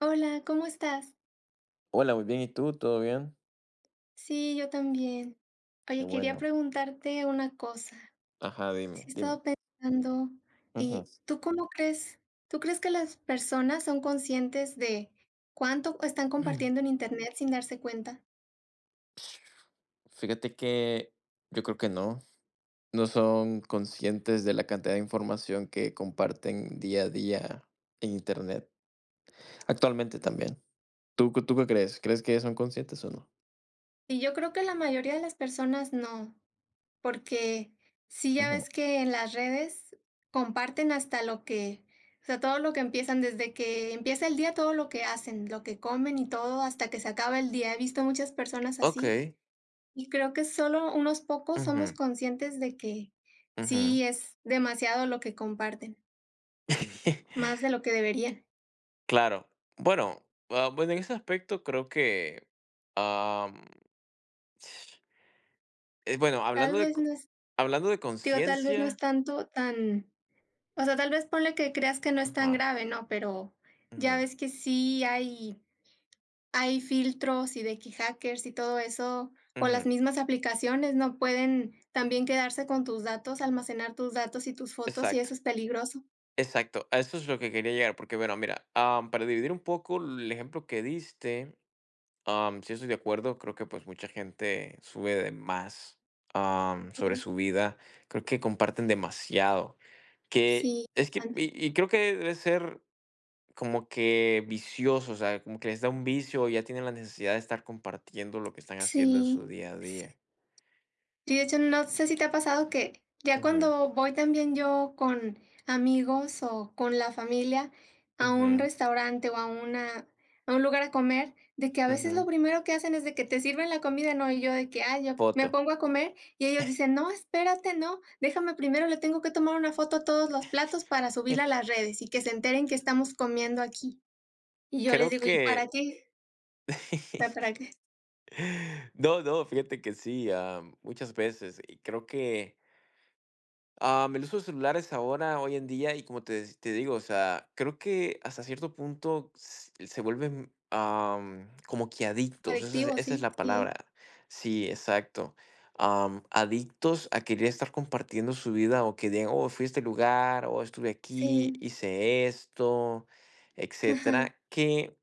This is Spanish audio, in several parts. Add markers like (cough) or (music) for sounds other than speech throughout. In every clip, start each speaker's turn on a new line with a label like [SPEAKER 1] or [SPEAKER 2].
[SPEAKER 1] Hola, ¿cómo estás?
[SPEAKER 2] Hola, muy bien. ¿Y tú? ¿Todo bien?
[SPEAKER 1] Sí, yo también.
[SPEAKER 2] Qué
[SPEAKER 1] Oye, quería
[SPEAKER 2] bueno.
[SPEAKER 1] preguntarte una cosa.
[SPEAKER 2] Ajá, dime,
[SPEAKER 1] Sí, he
[SPEAKER 2] dime.
[SPEAKER 1] estado pensando,
[SPEAKER 2] Ujú.
[SPEAKER 1] ¿y tú cómo crees? ¿Tú crees que las personas son conscientes de cuánto están compartiendo
[SPEAKER 2] (clears throat)
[SPEAKER 1] en internet sin darse cuenta?
[SPEAKER 2] Fíjate que yo creo que no. No son conscientes de la cantidad de información que comparten día a día en internet. Actualmente también. ¿Tú, tú qué crees? ¿Crees que son conscientes o no?
[SPEAKER 1] Y yo creo que la mayoría de las personas no. Porque sí, ya
[SPEAKER 2] Ujú.
[SPEAKER 1] ves que en las redes comparten hasta lo que, o sea, todo lo que empiezan, desde que empieza el día, todo lo que hacen, lo que comen y todo, hasta que se acaba el día. He visto muchas personas así
[SPEAKER 2] Ok.
[SPEAKER 1] y creo que solo unos pocos somos
[SPEAKER 2] Ujú,
[SPEAKER 1] conscientes de que
[SPEAKER 2] ujú.
[SPEAKER 1] sí es demasiado lo que comparten,
[SPEAKER 2] (laughs)
[SPEAKER 1] más de lo que deberían.
[SPEAKER 2] Claro. Bueno, bueno, en ese aspecto creo que, am, (sniffs) bueno,
[SPEAKER 1] Tal vez no es,
[SPEAKER 2] hablando de
[SPEAKER 1] digo, tal vez no es
[SPEAKER 2] conciencia.
[SPEAKER 1] tanto tan, o sea, tal vez ponle que creas que no es tan
[SPEAKER 2] Ajá,
[SPEAKER 1] grave, ¿no? Pero ya
[SPEAKER 2] ujú,
[SPEAKER 1] ves que sí hay hay filtros y de que hackers y todo eso, o las
[SPEAKER 2] ujú.
[SPEAKER 1] mismas aplicaciones, ¿no? Pueden también quedarse con tus datos, almacenar tus datos y tus fotos, y
[SPEAKER 2] Exacto,
[SPEAKER 1] eso es peligroso.
[SPEAKER 2] exacto. A eso es lo que quería llegar, porque bueno, mira, para dividir un poco el ejemplo que diste. Sí estoy de acuerdo, creo que pues mucha gente sube de más sobre
[SPEAKER 1] Sí,
[SPEAKER 2] su vida, creo que comparten demasiado, que
[SPEAKER 1] sí,
[SPEAKER 2] es que,
[SPEAKER 1] an
[SPEAKER 2] y creo que debe ser como que vicioso, o sea, como que les da un vicio, ya tienen la necesidad de estar compartiendo lo que están haciendo en su
[SPEAKER 1] sí.
[SPEAKER 2] día a día.
[SPEAKER 1] Sí, de hecho, no sé si te ha pasado que ya
[SPEAKER 2] Ujú,
[SPEAKER 1] cuando voy también yo con amigos o con la familia a un
[SPEAKER 2] ujú,
[SPEAKER 1] restaurante o a una a un lugar a comer, de que a veces lo
[SPEAKER 2] ujú.
[SPEAKER 1] primero que hacen es de que te sirven la comida, ¿no? Y yo de que, yo me
[SPEAKER 2] Foto.
[SPEAKER 1] pongo a comer y ellos dicen, no, espérate, no, déjame primero, le tengo que tomar una foto a todos los platos para subirla a las
[SPEAKER 2] (laughs)
[SPEAKER 1] redes y que se enteren que estamos comiendo aquí. Y yo les
[SPEAKER 2] Creo
[SPEAKER 1] digo, ¿y para
[SPEAKER 2] que
[SPEAKER 1] qué? ¿Para
[SPEAKER 2] (laughs)
[SPEAKER 1] para qué?
[SPEAKER 2] (laughs) No, no, fíjate que sí, muchas veces. Y creo que el uso de celulares ahora, hoy en día, te digo, o sea, creo que hasta cierto punto se vuelven como que adictos.
[SPEAKER 1] Adictivo,
[SPEAKER 2] Esa es
[SPEAKER 1] sí,
[SPEAKER 2] la palabra.
[SPEAKER 1] sí,
[SPEAKER 2] Sí, exacto. Adictos a querer estar compartiendo su vida, o que digan, oh, fui a este lugar, o estuve aquí,
[SPEAKER 1] sí.
[SPEAKER 2] hice esto,
[SPEAKER 1] Ajá.
[SPEAKER 2] etcétera, que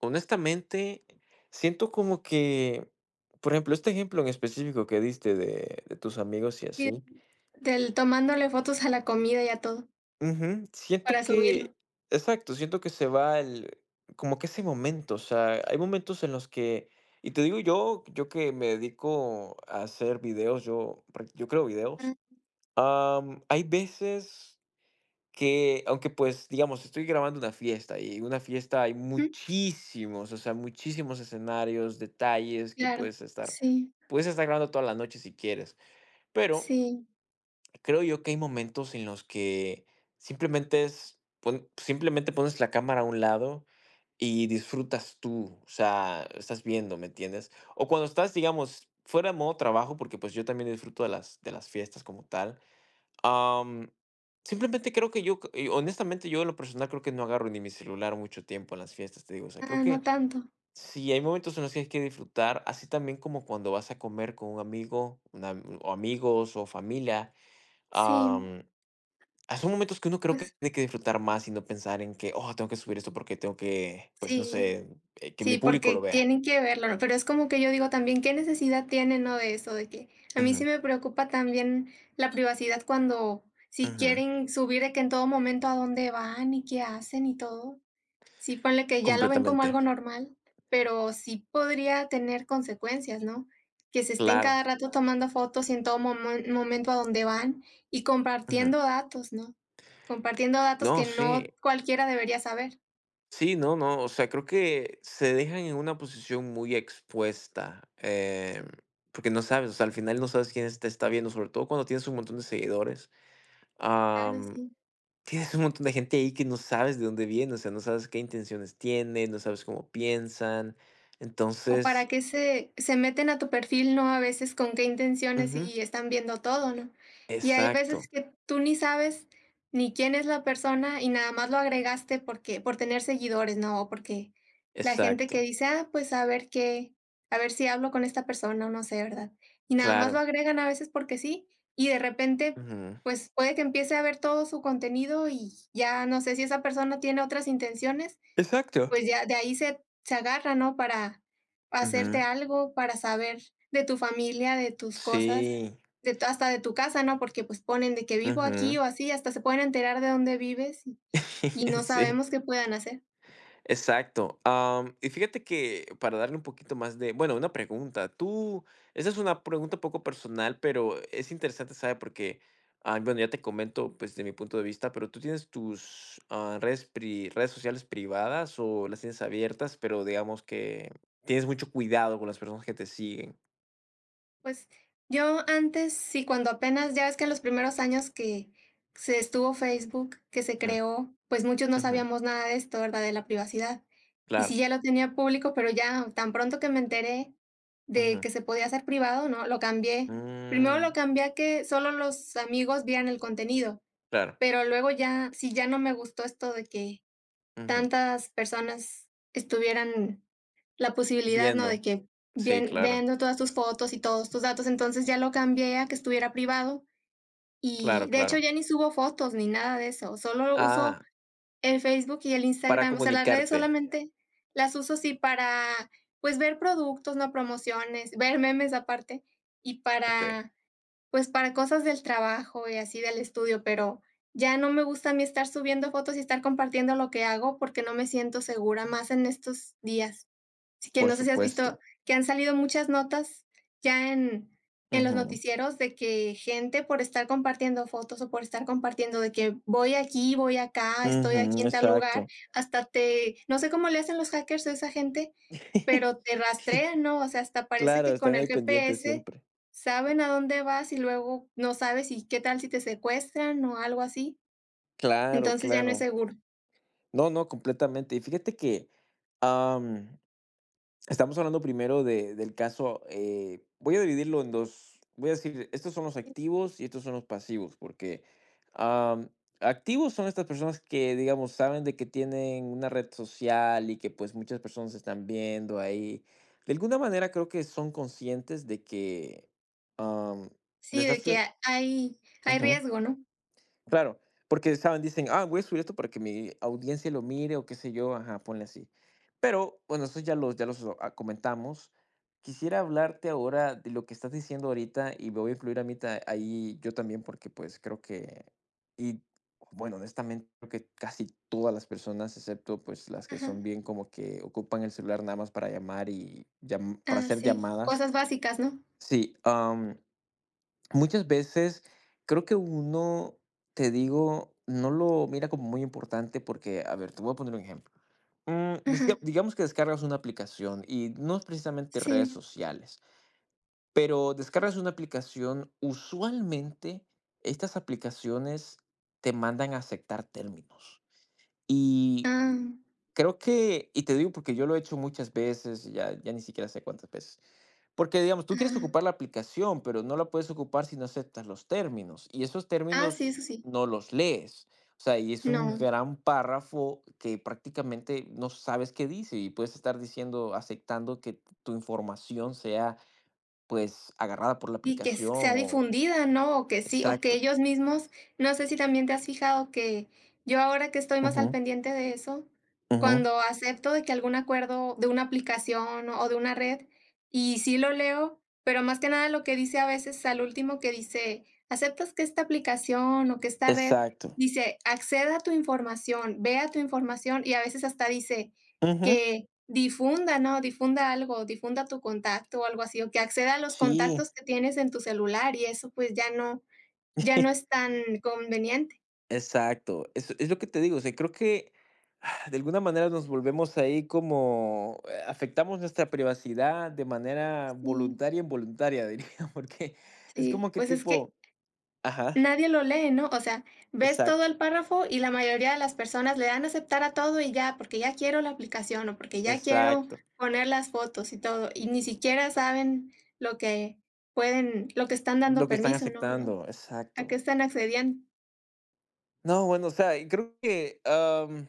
[SPEAKER 2] honestamente siento como que, por ejemplo, este ejemplo en específico que diste de tus amigos y
[SPEAKER 1] Y
[SPEAKER 2] así.
[SPEAKER 1] del tomándole fotos a la comida y a todo,
[SPEAKER 2] Ujú. Siento
[SPEAKER 1] para subirlo.
[SPEAKER 2] que exacto, siento que se va el como que ese momento, o sea, hay momentos en los que y te digo yo, yo que me dedico a hacer videos, yo creo
[SPEAKER 1] Ah,
[SPEAKER 2] videos. Hay veces que, aunque, pues, digamos, estoy grabando una fiesta, y una fiesta hay
[SPEAKER 1] ujú,
[SPEAKER 2] muchísimos, o sea, muchísimos escenarios, detalles que
[SPEAKER 1] claro. Sí,
[SPEAKER 2] puedes estar grabando toda la noche si quieres, pero
[SPEAKER 1] sí.
[SPEAKER 2] creo yo que hay momentos en los que simplemente simplemente pones la cámara a un lado y disfrutas tú, o sea, estás viendo, ¿me entiendes? O cuando estás, digamos, fuera de modo trabajo, porque pues yo también disfruto de de las fiestas como tal. am, Simplemente creo que y honestamente, yo en lo personal creo que no agarro ni mi celular mucho tiempo en las fiestas, te digo, o sea, creo
[SPEAKER 1] Ah, no
[SPEAKER 2] que
[SPEAKER 1] tanto.
[SPEAKER 2] sí, hay momentos en los que hay que disfrutar, así también como cuando vas a comer con un amigo, o amigos o familia.
[SPEAKER 1] Sí,
[SPEAKER 2] Son momentos que uno creo que
[SPEAKER 1] pues
[SPEAKER 2] tiene que disfrutar más y no pensar en que: "Oh, tengo que subir esto porque tengo que, pues, no
[SPEAKER 1] sí,
[SPEAKER 2] sé, que mi
[SPEAKER 1] sí,
[SPEAKER 2] público lo
[SPEAKER 1] porque
[SPEAKER 2] vea".
[SPEAKER 1] tienen que verlo, ¿no? Pero es como que yo digo también, ¿qué necesidad tiene no? De eso, de que a mí sí
[SPEAKER 2] Ujú,
[SPEAKER 1] me preocupa también la privacidad cuando si
[SPEAKER 2] ujú,
[SPEAKER 1] quieren subir de que en todo momento a dónde van y qué hacen y todo. Sí, ponle que ya lo ven como
[SPEAKER 2] completamente.
[SPEAKER 1] algo normal, pero sí podría tener consecuencias, ¿no? Que se estén
[SPEAKER 2] Claro.
[SPEAKER 1] cada rato tomando fotos y en todo momento a donde van y
[SPEAKER 2] Ujú.
[SPEAKER 1] compartiendo datos, ¿no? Compartiendo datos
[SPEAKER 2] No,
[SPEAKER 1] que no
[SPEAKER 2] sí.
[SPEAKER 1] cualquiera debería saber.
[SPEAKER 2] Sí, no, no, o sea, creo que se dejan en una posición muy expuesta. Porque no sabes, o sea, al final no sabes quién es te está viendo, sobre todo cuando tienes un montón de seguidores.
[SPEAKER 1] Claro,
[SPEAKER 2] Am,
[SPEAKER 1] sí.
[SPEAKER 2] Tienes un montón de gente ahí que no sabes de dónde viene, o sea, no sabes qué intenciones tiene, no sabes cómo piensan.
[SPEAKER 1] ¿O para
[SPEAKER 2] Entonces
[SPEAKER 1] qué se meten a tu perfil, no? A veces con qué intenciones
[SPEAKER 2] Ujú.
[SPEAKER 1] y están viendo todo, ¿no? Y hay veces
[SPEAKER 2] Exacto,
[SPEAKER 1] que tú ni sabes ni quién es la persona y nada más lo agregaste porque por tener seguidores, ¿no? O porque la gente que
[SPEAKER 2] exacto,
[SPEAKER 1] dice: "Ah, pues a ver qué a ver si hablo con esta persona", o no sé, ¿verdad? Y nada más lo
[SPEAKER 2] claro.
[SPEAKER 1] agregan a veces porque sí, y de repente,
[SPEAKER 2] Ujú.
[SPEAKER 1] pues puede que empiece a ver todo su contenido y ya no sé si esa persona tiene otras intenciones,
[SPEAKER 2] Exacto.
[SPEAKER 1] pues ya de ahí se agarra, ¿no? Para
[SPEAKER 2] Ujú.
[SPEAKER 1] hacerte algo, para saber de tu familia, de tus cosas,
[SPEAKER 2] Sí,
[SPEAKER 1] de tu hasta de tu casa, ¿no? Porque, pues, ponen de que vivo aquí
[SPEAKER 2] ujú.
[SPEAKER 1] o así, hasta se pueden enterar de dónde vives y no
[SPEAKER 2] (laughs) Sí,
[SPEAKER 1] sabemos qué puedan hacer.
[SPEAKER 2] exacto. Y fíjate que para darle un poquito más de, bueno, una pregunta. Tú, esa es una pregunta un poco personal, pero es interesante, ¿sabes? Bueno, ya te comento, pues, de mi punto de vista, pero tú tienes tus redes sociales privadas o las tienes abiertas, pero digamos que tienes mucho cuidado con las personas que te siguen.
[SPEAKER 1] Pues, yo antes sí, cuando apenas ya ves que en los primeros años que se estuvo Facebook, que se
[SPEAKER 2] Ujú,
[SPEAKER 1] creó, pues, muchos no
[SPEAKER 2] ujú.
[SPEAKER 1] sabíamos nada de esto, ¿verdad?, de la privacidad. Y sí,
[SPEAKER 2] Claro.
[SPEAKER 1] ya lo tenía público, pero ya tan pronto que me enteré de
[SPEAKER 2] Ujú.
[SPEAKER 1] que se podía hacer privado, no, lo cambié. Primero lo
[SPEAKER 2] Mm,
[SPEAKER 1] cambié a que solo los amigos vieran el contenido,
[SPEAKER 2] claro.
[SPEAKER 1] pero luego ya sí, ya no me gustó esto de que
[SPEAKER 2] Ujú.
[SPEAKER 1] tantas personas estuvieran la posibilidad, ¿no?
[SPEAKER 2] Viendo.
[SPEAKER 1] De que
[SPEAKER 2] Sí,
[SPEAKER 1] bien,
[SPEAKER 2] claro.
[SPEAKER 1] viendo todas tus fotos y todos tus datos, entonces ya lo cambié a que estuviera privado
[SPEAKER 2] Claro,
[SPEAKER 1] y de hecho
[SPEAKER 2] claro.
[SPEAKER 1] ya ni subo fotos ni nada de eso, solo uso
[SPEAKER 2] Ah,
[SPEAKER 1] el Facebook y el
[SPEAKER 2] para
[SPEAKER 1] Instagram, o sea, las redes
[SPEAKER 2] comunicarte.
[SPEAKER 1] solamente las uso sí para, pues, ver productos, no promociones, ver memes aparte y
[SPEAKER 2] Okey.
[SPEAKER 1] para, pues, para cosas del trabajo y así del estudio, pero ya no me gusta a mí estar subiendo fotos y estar compartiendo lo que hago porque no me siento segura más en estos días. Sí, que
[SPEAKER 2] Por
[SPEAKER 1] no sé si has visto
[SPEAKER 2] supuesto.
[SPEAKER 1] que han salido muchas notas ya en los
[SPEAKER 2] Ujú.
[SPEAKER 1] noticieros de que gente por estar compartiendo fotos o por estar compartiendo de que voy aquí, voy acá, estoy
[SPEAKER 2] Ujú,
[SPEAKER 1] aquí en tal lugar,
[SPEAKER 2] exacto.
[SPEAKER 1] hasta te no sé cómo le hacen los hackers a esa gente, pero
[SPEAKER 2] (laughs)
[SPEAKER 1] te rastrean, ¿no? O sea, hasta parece
[SPEAKER 2] Claro,
[SPEAKER 1] que con
[SPEAKER 2] están
[SPEAKER 1] el
[SPEAKER 2] ahí pendientes
[SPEAKER 1] GPS
[SPEAKER 2] siempre.
[SPEAKER 1] saben a dónde vas y luego no sabes y qué tal si te secuestran o algo así.
[SPEAKER 2] Claro,
[SPEAKER 1] Entonces ya no es
[SPEAKER 2] claro.
[SPEAKER 1] seguro.
[SPEAKER 2] No, no, completamente. Y fíjate que, am Estamos hablando primero de del caso. Voy a dividirlo en 2. Voy a decir, estos son los activos y estos son los pasivos, porque, am, activos son estas personas que, digamos, saben de que tienen una red social y que, pues, muchas personas están viendo ahí. De alguna manera creo que son conscientes de que, am, de
[SPEAKER 1] Sí,
[SPEAKER 2] estar
[SPEAKER 1] de que ha hay riesgo, ¿no?
[SPEAKER 2] claro, porque saben, dicen, ah, voy a subir esto para que mi audiencia lo mire o qué sé yo, ajá, ponle así. Pero, bueno, eso ya ya los comentamos. Quisiera hablarte ahora de lo que estás diciendo ahorita y me voy a incluir a mí ahí yo también porque pues creo que, y bueno, honestamente creo que casi todas las personas, excepto pues las que
[SPEAKER 1] Ajá.
[SPEAKER 2] son bien como que ocupan el celular nada más para
[SPEAKER 1] Ah,
[SPEAKER 2] hacer
[SPEAKER 1] sí,
[SPEAKER 2] llamadas.
[SPEAKER 1] cosas básicas, ¿no?
[SPEAKER 2] Sí, muchas veces creo que uno, te digo, no lo mira como muy importante porque, a ver, te voy a poner un ejemplo.
[SPEAKER 1] Ajá,
[SPEAKER 2] Digamos que descargas una aplicación y no es precisamente redes
[SPEAKER 1] sí.
[SPEAKER 2] sociales, pero descargas una aplicación, usualmente estas aplicaciones te mandan a aceptar términos. Y
[SPEAKER 1] Ah,
[SPEAKER 2] creo que, y te digo porque yo lo he hecho muchas veces, ya ni siquiera sé cuántas veces porque, digamos, tú quieres
[SPEAKER 1] ah.
[SPEAKER 2] ocupar la aplicación, pero no la puedes ocupar si no aceptas los términos. Y esos
[SPEAKER 1] Ah, sí, eso
[SPEAKER 2] términos
[SPEAKER 1] sí.
[SPEAKER 2] no los lees. O sea, y es un
[SPEAKER 1] No,
[SPEAKER 2] gran párrafo que prácticamente no sabes qué dice y puedes estar diciendo, aceptando que tu información sea, pues, agarrada por la
[SPEAKER 1] y que s
[SPEAKER 2] aplicación
[SPEAKER 1] sea
[SPEAKER 2] o...
[SPEAKER 1] difundida, ¿no? O que sí o que
[SPEAKER 2] Exacto.
[SPEAKER 1] ellos mismos no sé si también te has fijado que yo ahora que estoy más al
[SPEAKER 2] Ujú,
[SPEAKER 1] pendiente de eso,
[SPEAKER 2] ujú.
[SPEAKER 1] cuando acepto de que algún acuerdo de una aplicación o de una red, y sí lo leo, pero más que nada lo que dice a veces al último que dice: "¿Aceptas que esta aplicación o que esta red",
[SPEAKER 2] Exacto.
[SPEAKER 1] dice: "Acceda a tu información, vea tu información", y a veces hasta dice:
[SPEAKER 2] Ujú.
[SPEAKER 1] que difunda, ¿no? Difunda algo, difunda tu contacto o algo así, o que acceda a los
[SPEAKER 2] Sí.
[SPEAKER 1] contactos que tienes en tu celular y eso, pues, ya no ya no es
[SPEAKER 2] (laughs)
[SPEAKER 1] tan conveniente.
[SPEAKER 2] Exacto, es lo que te digo, o sea, creo que de alguna manera nos volvemos ahí como, afectamos nuestra privacidad de manera
[SPEAKER 1] Sí,
[SPEAKER 2] voluntaria, e involuntaria, diría, (laughs) porque es
[SPEAKER 1] sí,
[SPEAKER 2] como que
[SPEAKER 1] pues, es que
[SPEAKER 2] tipo ajá,
[SPEAKER 1] nadie lo lee, ¿no? O sea, ves todo
[SPEAKER 2] exacto,
[SPEAKER 1] el párrafo y la mayoría de las personas le dan aceptar a todo y ya, porque ya quiero la aplicación o porque ya quiero
[SPEAKER 2] exacto,
[SPEAKER 1] poner las fotos y todo, y ni siquiera saben lo que pueden lo que están dando
[SPEAKER 2] lo que están
[SPEAKER 1] permiso, ¿no? ¿No?
[SPEAKER 2] aceptando,
[SPEAKER 1] ¿A qué
[SPEAKER 2] exacto.
[SPEAKER 1] están accediendo?
[SPEAKER 2] No, bueno, o sea, y creo que, am,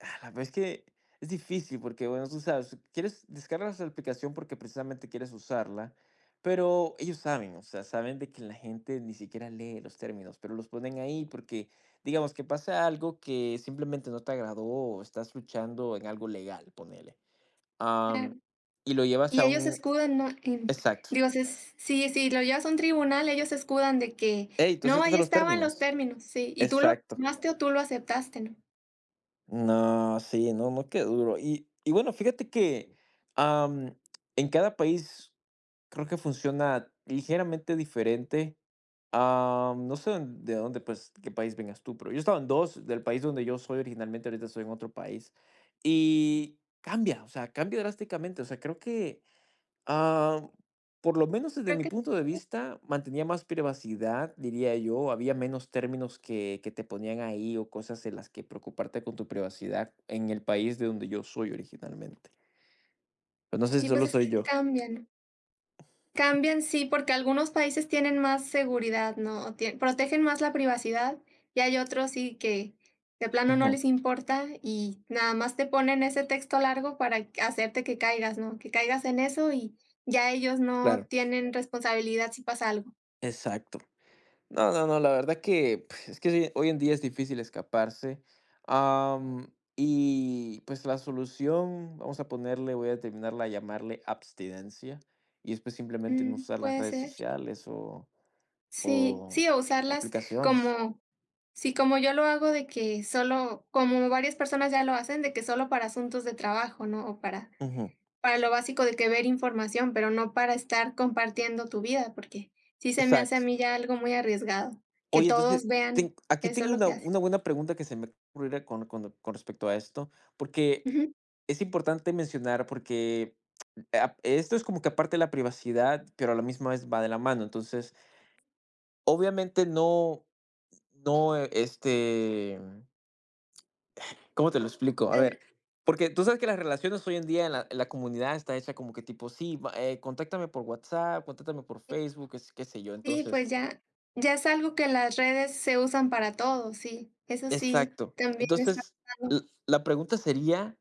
[SPEAKER 2] ah, la verdad es que es difícil porque, bueno, tú sabes, quieres descargas la aplicación porque precisamente quieres usarla, pero ellos saben, o sea, saben de que la gente ni siquiera lee los términos, pero los ponen ahí porque, digamos, que pasa algo que simplemente no te agradó o estás luchando en algo legal, ponele.
[SPEAKER 1] Claro.
[SPEAKER 2] am, y lo llevas
[SPEAKER 1] Y
[SPEAKER 2] a
[SPEAKER 1] ellos se
[SPEAKER 2] un...
[SPEAKER 1] escudan, ¿no? En,
[SPEAKER 2] Exacto.
[SPEAKER 1] digo, si es si lo llevas a un tribunal, ellos se escudan de que:
[SPEAKER 2] Ey, tú
[SPEAKER 1] "No,
[SPEAKER 2] aceptas
[SPEAKER 1] ahí
[SPEAKER 2] a los
[SPEAKER 1] estaban los
[SPEAKER 2] términos.
[SPEAKER 1] términos", sí, y tú lo
[SPEAKER 2] Exacto.
[SPEAKER 1] tomaste o tú lo aceptaste, ¿no?
[SPEAKER 2] No, sí, no, no, qué duro. Y bueno, fíjate que am, en cada país creo que funciona ligeramente diferente. No sé de dónde, pues, qué país vengas tú, pero yo he estado en dos, del país donde yo soy originalmente, ahorita estoy en otro país. Y cambia, o sea, cambia drásticamente. O sea, creo que Ah, por lo menos desde
[SPEAKER 1] Creo
[SPEAKER 2] mi
[SPEAKER 1] que
[SPEAKER 2] punto de vista, mantenía más privacidad, diría yo. Había menos términos que te ponían ahí o cosas en las que preocuparte con tu privacidad en el país de donde yo soy originalmente. Pero no sé si
[SPEAKER 1] y pues
[SPEAKER 2] solo
[SPEAKER 1] es
[SPEAKER 2] soy
[SPEAKER 1] que
[SPEAKER 2] yo.
[SPEAKER 1] cambian, ¿no? Cambian, sí, porque algunos países tienen más seguridad, ¿no? O tie protegen más la privacidad, y hay otros sí que de plano no
[SPEAKER 2] Ujú,
[SPEAKER 1] les importa y nada más te ponen ese texto largo para hacerte que caigas, ¿no? Que caigas en eso y ya ellos no
[SPEAKER 2] claro,
[SPEAKER 1] tienen responsabilidad si pasa algo.
[SPEAKER 2] exacto. No, no, no, la verdad que pues, es que sí, hoy en día es difícil escaparse. Y pues la solución, vamos a ponerle, voy a terminarla a llamarle abstinencia. Y después simplemente no
[SPEAKER 1] Mm,
[SPEAKER 2] usar las
[SPEAKER 1] puede
[SPEAKER 2] redes
[SPEAKER 1] ser.
[SPEAKER 2] sociales
[SPEAKER 1] Sí,
[SPEAKER 2] o
[SPEAKER 1] sí, o usarlas
[SPEAKER 2] aplicaciones.
[SPEAKER 1] como sí, como yo lo hago de que solo como varias personas ya lo hacen, de que solo para asuntos de trabajo, ¿no? O
[SPEAKER 2] Ujú,
[SPEAKER 1] para lo básico de que ver información, pero no para estar compartiendo tu vida, porque sí se me hace a
[SPEAKER 2] exacto.
[SPEAKER 1] mí ya algo muy arriesgado, que
[SPEAKER 2] Oye, entonces,
[SPEAKER 1] todos vean
[SPEAKER 2] ten aquí
[SPEAKER 1] eso es
[SPEAKER 2] tengo
[SPEAKER 1] lo que
[SPEAKER 2] una
[SPEAKER 1] haces.
[SPEAKER 2] buena pregunta que se me ocurrirá con respecto a esto, porque
[SPEAKER 1] Ujú.
[SPEAKER 2] es importante mencionar, porque esto es como que aparte de la privacidad, pero a la misma vez va de la mano. Entonces, obviamente no, ¿cómo te lo explico? A
[SPEAKER 1] Entonces,
[SPEAKER 2] ver, porque tú sabes que las relaciones hoy en día en la comunidad está hecha como que tipo, sí, va contáctame por WhatsApp, contáctame por Facebook, qué sé yo.
[SPEAKER 1] sí,
[SPEAKER 2] Entonces,
[SPEAKER 1] pues ya ya es algo que las redes se usan para todo, sí, eso sí,
[SPEAKER 2] exacto.
[SPEAKER 1] también está
[SPEAKER 2] Entonces,
[SPEAKER 1] pasando.
[SPEAKER 2] l la pregunta sería,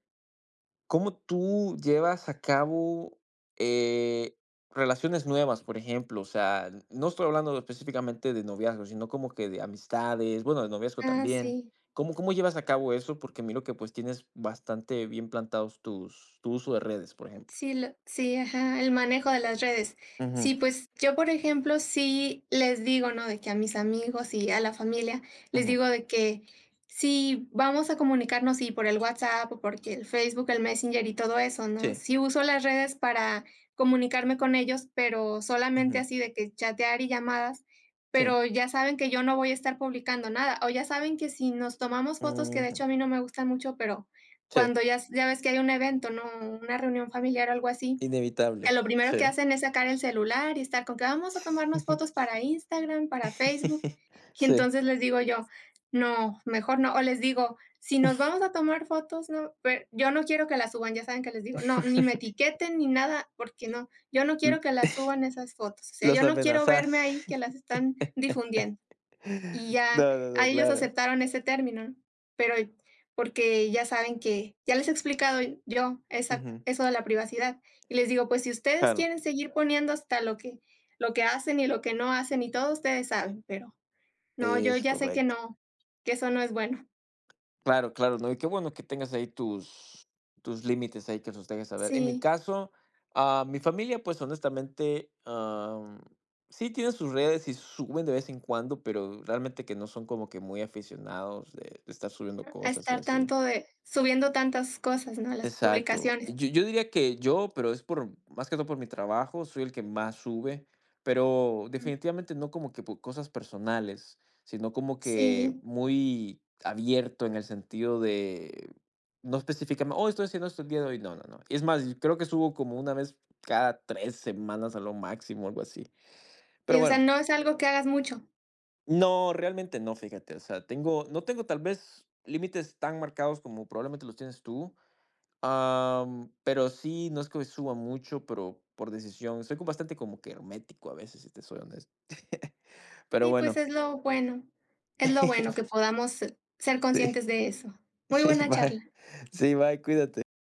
[SPEAKER 2] ¿cómo tú llevas a cabo, eh, relaciones nuevas, por ejemplo? O sea, no estoy hablando específicamente de noviazgo, sino como que de amistades, bueno, de noviazgo
[SPEAKER 1] Ah,
[SPEAKER 2] también.
[SPEAKER 1] sí.
[SPEAKER 2] ¿ Cómo llevas a cabo eso? Porque miro que, pues, tienes bastante bien plantados tus tu uso de redes, por ejemplo.
[SPEAKER 1] Sí, sí, ajá, el manejo de las redes.
[SPEAKER 2] Ujú,
[SPEAKER 1] Sí, pues yo, por ejemplo, sí les digo, ¿no? De que a mis amigos y a la familia les
[SPEAKER 2] ujú.
[SPEAKER 1] digo de que si vamos a comunicarnos, sí, por el WhatsApp o porque el Facebook, el Messenger y todo eso, ¿no?
[SPEAKER 2] Sí,
[SPEAKER 1] Sí uso las redes para comunicarme con ellos, pero solamente
[SPEAKER 2] ujú,
[SPEAKER 1] así de que chatear y llamadas,
[SPEAKER 2] sí,
[SPEAKER 1] pero ya saben que yo no voy a estar publicando nada, o ya saben que si nos tomamos fotos, que de
[SPEAKER 2] ujú,
[SPEAKER 1] hecho a mí no me gustan mucho, pero
[SPEAKER 2] sí,
[SPEAKER 1] cuando ya s ya ves que hay un evento, ¿no? Una reunión familiar o algo así, que
[SPEAKER 2] inevitable,
[SPEAKER 1] lo primero que
[SPEAKER 2] sí.
[SPEAKER 1] hacen es sacar el celular y estar con que vamos a tomarnos fotos
[SPEAKER 2] (laughs)
[SPEAKER 1] para Instagram, para Facebook. Y
[SPEAKER 2] Sí.
[SPEAKER 1] entonces les digo yo: "No, mejor no". O les digo: "Si nos vamos a tomar fotos, no, pe yo no quiero que las suban", ya saben que les digo: "No, ni me
[SPEAKER 2] (laughs)
[SPEAKER 1] etiqueten ni nada, porque no, yo no quiero que las suban esas fotos". O sea,
[SPEAKER 2] Los
[SPEAKER 1] yo no quiero verme ahí que las
[SPEAKER 2] amenazaste.
[SPEAKER 1] están difundiendo. Y
[SPEAKER 2] (laughs)
[SPEAKER 1] ya,
[SPEAKER 2] No, no,
[SPEAKER 1] a
[SPEAKER 2] no,
[SPEAKER 1] ellos
[SPEAKER 2] claro.
[SPEAKER 1] aceptaron ese término, ¿no? Pero porque ya saben que ya les he explicado yo esa
[SPEAKER 2] Ujú.
[SPEAKER 1] eso de la privacidad, y les digo: "Pues si ustedes
[SPEAKER 2] Claro,
[SPEAKER 1] quieren seguir poniendo hasta lo que hacen y lo que no hacen y todo, ustedes saben, pero no, yo
[SPEAKER 2] es
[SPEAKER 1] ya sé que
[SPEAKER 2] correcto.
[SPEAKER 1] no, que eso no es bueno".
[SPEAKER 2] Claro, claro, no, y qué bueno que tengas ahí tus límites ahí que los dejes saber. En mi
[SPEAKER 1] Sí,
[SPEAKER 2] caso, mi familia, pues, honestamente, sí tiene sus redes y suben de vez en cuando, pero realmente que no son como que muy aficionados de estar subiendo
[SPEAKER 1] a
[SPEAKER 2] cosas y
[SPEAKER 1] estar
[SPEAKER 2] así.
[SPEAKER 1] tanto de subiendo tantas cosas, ¿no?, las
[SPEAKER 2] Exacto.
[SPEAKER 1] publicaciones.
[SPEAKER 2] Yo diría que yo, pero es por más que todo por mi trabajo, soy el que más sube, pero
[SPEAKER 1] Ujú.
[SPEAKER 2] definitivamente no como que por cosas personales, sino como que
[SPEAKER 1] Sí,
[SPEAKER 2] muy abierto en el sentido de no específicamente, oh, estoy haciendo esto el día de hoy. No, no, no. Es más, yo creo que subo como una vez cada tres semanas a lo máximo, algo así. Pero
[SPEAKER 1] y, o sea,
[SPEAKER 2] bueno,
[SPEAKER 1] no es algo que hagas mucho.
[SPEAKER 2] no, realmente no, fíjate. O sea, no tengo tal vez límites tan marcados como probablemente los tienes tú. Pero sí, no es que suba mucho, pero por decisión. Bastante como que hermético a veces, si te soy honesto. (laughs) Pero
[SPEAKER 1] Sí, pues
[SPEAKER 2] bueno,
[SPEAKER 1] es lo bueno que
[SPEAKER 2] (laughs)
[SPEAKER 1] podamos ser
[SPEAKER 2] sí,
[SPEAKER 1] conscientes de eso. Muy
[SPEAKER 2] sí,
[SPEAKER 1] buena
[SPEAKER 2] bye.
[SPEAKER 1] charla.
[SPEAKER 2] Sí, bye, cuídate.